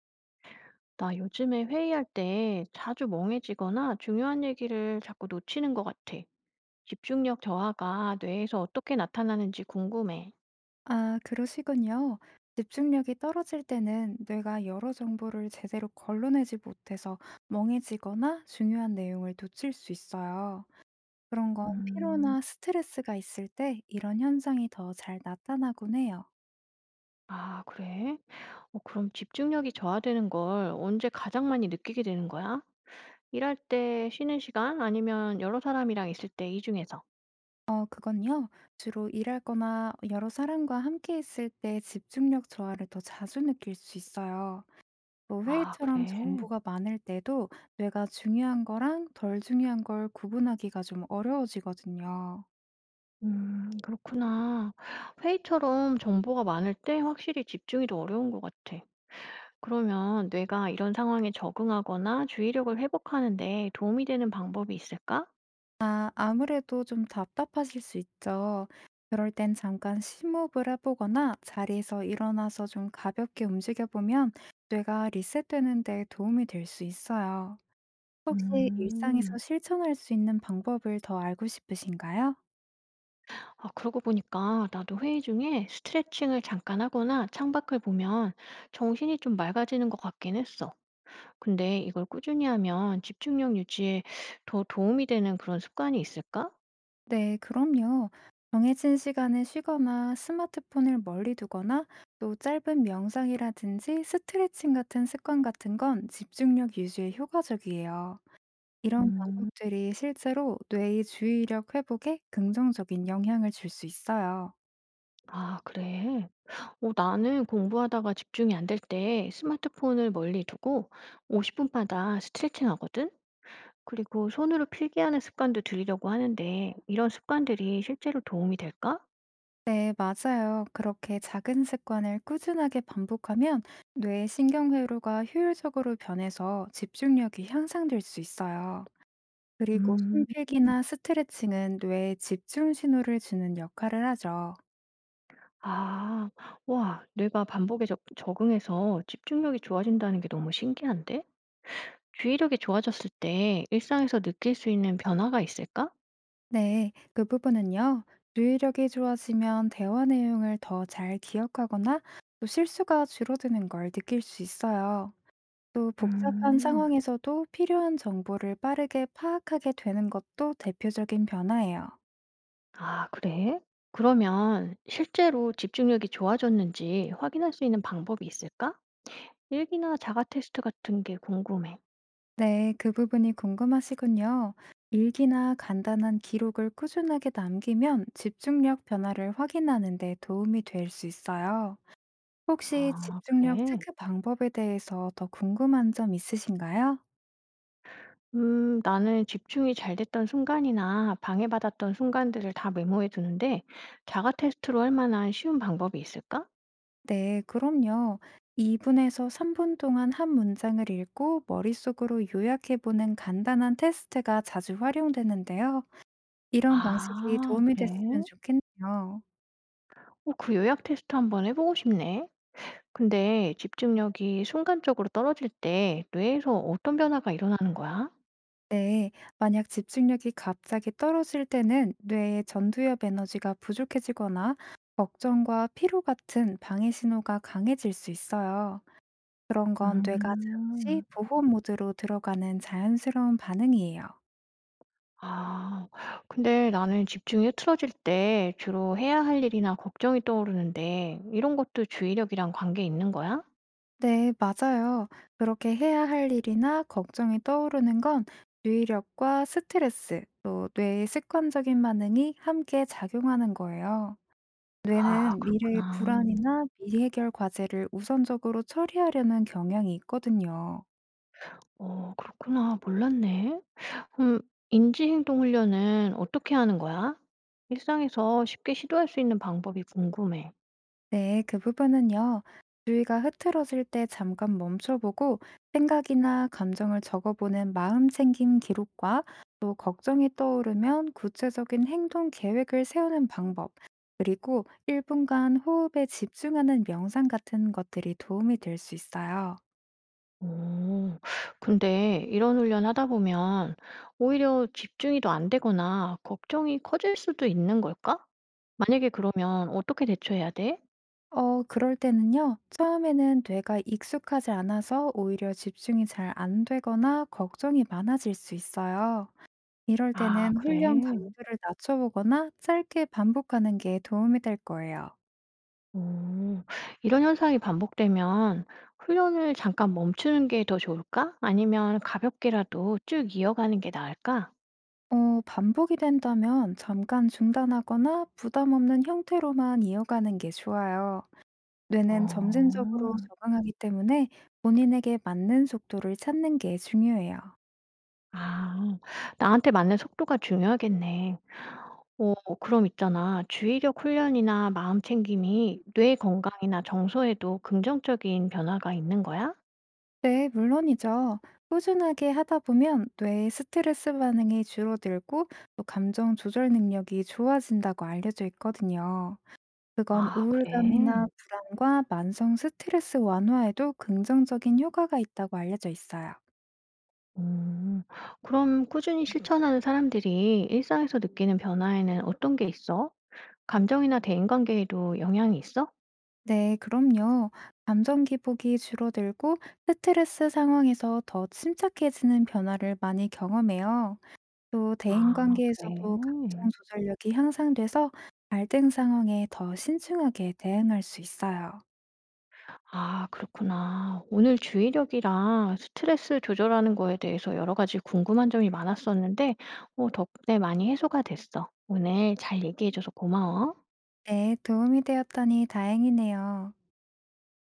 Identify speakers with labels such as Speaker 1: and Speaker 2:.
Speaker 1: 나 요즘에 회의할 때 자주 멍해지거나 중요한 얘기를 자꾸 놓치는 것 같아. 집중력 저하가 뇌에서 어떻게 나타나는지 궁금해.
Speaker 2: 아, 그러시군요. 집중력이 떨어질 때는 뇌가 여러 정보를 제대로 걸러내지 못해서 멍해지거나 중요한 내용을 놓칠 수 있어요. 그런 건
Speaker 1: 음,
Speaker 2: 피로나 스트레스가 있을 때 이런 현상이 더 잘 나타나곤 해요.
Speaker 1: 아, 그래? 어, 그럼 집중력이 저하되는 걸 언제 가장 많이 느끼게 되는 거야? 일할 때 쉬는 시간 아니면 여러 사람이랑 있을 때 이 중에서.
Speaker 2: 어, 그건요. 주로 일하거나 여러 사람과 함께 있을 때 집중력 저하를 더 자주 느낄 수 있어요. 또
Speaker 1: 아,
Speaker 2: 회의처럼
Speaker 1: 그래?
Speaker 2: 정보가 많을 때도 뇌가 중요한 거랑 덜 중요한 걸 구분하기가 좀 어려워지거든요.
Speaker 1: 그렇구나. 회의처럼 정보가 많을 때 확실히 집중이 더 어려운 것 같아. 그러면 뇌가 이런 상황에 적응하거나 주의력을 회복하는데 도움이 되는 방법이 있을까?
Speaker 2: 아, 아무래도 좀 답답하실 수 있죠. 그럴 땐 잠깐 심호흡을 해보거나 자리에서 일어나서 좀 가볍게 움직여보면 뇌가 리셋되는 데 도움이 될 수 있어요. 혹시 일상에서
Speaker 1: 음,
Speaker 2: 실천할 수 있는 방법을 더 알고 싶으신가요?
Speaker 1: 아, 그러고 보니까 나도 회의 중에 스트레칭을 잠깐 하거나 창밖을 보면 정신이 좀 맑아지는 것 같긴 했어. 근데 이걸 꾸준히 하면 집중력 유지에 더 도움이 되는 그런 습관이 있을까?
Speaker 2: 네, 그럼요. 정해진 시간에 쉬거나 스마트폰을 멀리 두거나 또 짧은 명상이라든지 스트레칭 같은 습관 같은 건 집중력 유지에 효과적이에요. 이런
Speaker 1: 음,
Speaker 2: 방법들이 실제로 뇌의 주의력 회복에 긍정적인 영향을 줄 수 있어요.
Speaker 1: 아, 그래. 어, 나는 공부하다가 집중이 안 될 때 스마트폰을 멀리 두고 50분마다 스트레칭 하거든? 그리고 손으로 필기하는 습관도 들이려고 하는데 이런 습관들이 실제로 도움이 될까?
Speaker 2: 네, 맞아요. 그렇게 작은 습관을 꾸준하게 반복하면 뇌의 신경회로가 효율적으로 변해서 집중력이 향상될 수 있어요. 그리고
Speaker 1: 음.
Speaker 2: 숨필기나 스트레칭은 뇌에 집중 신호를 주는 역할을 하죠.
Speaker 1: 아, 와, 뇌가 반복에 적응해서 집중력이 좋아진다는 게 너무 신기한데? 주의력이 좋아졌을 때 일상에서 느낄 수 있는 변화가 있을까?
Speaker 2: 네, 그 부분은요. 주의력이 좋아지면 대화 내용을 더 잘 기억하거나 또 실수가 줄어드는 걸 느낄 수 있어요. 또 복잡한
Speaker 1: 음,
Speaker 2: 상황에서도 필요한 정보를 빠르게 파악하게 되는 것도 대표적인 변화예요.
Speaker 1: 아, 그래? 그러면 실제로 집중력이 좋아졌는지 확인할 수 있는 방법이 있을까? 일기나 자가 테스트 같은 게 궁금해.
Speaker 2: 네, 그 부분이 궁금하시군요. 일기나 간단한 기록을 꾸준하게 남기면 집중력 변화를 확인하는 데 도움이 될 수 있어요. 혹시
Speaker 1: 아,
Speaker 2: 집중력
Speaker 1: 그래?
Speaker 2: 체크 방법에 대해서 더 궁금한 점 있으신가요?
Speaker 1: 나는 집중이 잘 됐던 순간이나 방해받았던 순간들을 다 메모해 두는데 자가 테스트로 할 만한 쉬운 방법이 있을까?
Speaker 2: 네, 그럼요. 2분에서 3분 동안 한 문장을 읽고 머릿속으로 요약해 보는 간단한 테스트가 자주 활용되는데요. 이런 방식이
Speaker 1: 아,
Speaker 2: 도움이 됐으면
Speaker 1: 그래?
Speaker 2: 좋겠네요.
Speaker 1: 어, 그 요약 테스트 한번 해보고 싶네. 근데 집중력이 순간적으로 떨어질 때 뇌에서 어떤 변화가 일어나는 거야?
Speaker 2: 네. 만약 집중력이 갑자기 떨어질 때는 뇌의 전두엽 에너지가 부족해지거나 걱정과 피로 같은 방해 신호가 강해질 수 있어요. 그런 건 뇌가 잠시
Speaker 1: 음,
Speaker 2: 보호 모드로 들어가는 자연스러운 반응이에요.
Speaker 1: 아, 근데 나는 집중이 흐트러질 때 주로 해야 할 일이나 걱정이 떠오르는데 이런 것도 주의력이랑 관계 있는 거야?
Speaker 2: 네, 맞아요. 그렇게 해야 할 일이나 걱정이 떠오르는 건 주의력과 스트레스, 또 뇌의 습관적인 반응이 함께 작용하는 거예요.
Speaker 1: 아,
Speaker 2: 뇌는 미래의
Speaker 1: 그렇구나.
Speaker 2: 불안이나 미해결 과제를 우선적으로 처리하려는 경향이 있거든요.
Speaker 1: 어, 그렇구나. 몰랐네. 그럼 인지행동훈련은 어떻게 하는 거야? 일상에서 쉽게 시도할 수 있는 방법이 궁금해.
Speaker 2: 네, 그 부분은요. 주의가 흐트러질 때 잠깐 멈춰보고 생각이나 감정을 적어보는 마음 챙김 기록과 또 걱정이 떠오르면 구체적인 행동 계획을 세우는 방법, 그리고 1분간 호흡에 집중하는 명상 같은 것들이 도움이 될 수 있어요.
Speaker 1: 오, 근데 이런 훈련 하다 보면 오히려 집중이 더 안 되거나 걱정이 커질 수도 있는 걸까? 만약에 그러면 어떻게 대처해야 돼?
Speaker 2: 어, 그럴 때는요, 처음에는 뇌가 익숙하지 않아서 오히려 집중이 잘 안 되거나 걱정이 많아질 수 있어요. 이럴
Speaker 1: 아,
Speaker 2: 때는
Speaker 1: 그래.
Speaker 2: 훈련 강도를 낮춰보거나 짧게 반복하는 게 도움이 될 거예요.
Speaker 1: 오, 이런 현상이 반복되면 훈련을 잠깐 멈추는 게 더 좋을까? 아니면 가볍게라도 쭉 이어가는 게 나을까?
Speaker 2: 어, 반복이 된다면 잠깐 중단하거나 부담 없는 형태로만 이어가는 게 좋아요. 뇌는 점진적으로
Speaker 1: 어.
Speaker 2: 적응하기 때문에 본인에게 맞는 속도를 찾는 게 중요해요.
Speaker 1: 아. 나한테 맞는 속도가 중요하겠네. 어, 그럼 있잖아. 주의력 훈련이나 마음 챙김이 뇌 건강이나 정서에도 긍정적인 변화가 있는 거야?
Speaker 2: 네, 물론이죠. 꾸준하게 하다 보면 뇌의 스트레스 반응이 줄어들고 또 감정 조절 능력이 좋아진다고 알려져 있거든요. 그건
Speaker 1: 아, 그래?
Speaker 2: 우울감이나 불안과 만성 스트레스 완화에도 긍정적인 효과가 있다고 알려져 있어요.
Speaker 1: 음. 그럼 꾸준히 실천하는 사람들이 일상에서 느끼는 변화에는 어떤 게 있어? 감정이나 대인관계에도 영향이 있어?
Speaker 2: 네, 그럼요. 감정 기복이 줄어들고 스트레스 상황에서 더 침착해지는 변화를 많이 경험해요. 또 대인
Speaker 1: 아,
Speaker 2: 관계에서도 감정
Speaker 1: 그래?
Speaker 2: 조절력이 향상돼서 갈등 상황에 더 신중하게 대응할 수 있어요.
Speaker 1: 아, 그렇구나. 오늘 주의력이랑 스트레스 조절하는 거에 대해서 여러 가지 궁금한 점이 많았었는데 어, 덕분에 많이 해소가 됐어. 오늘 잘 얘기해 줘서 고마워.
Speaker 2: 네, 도움이 되었다니 다행이네요.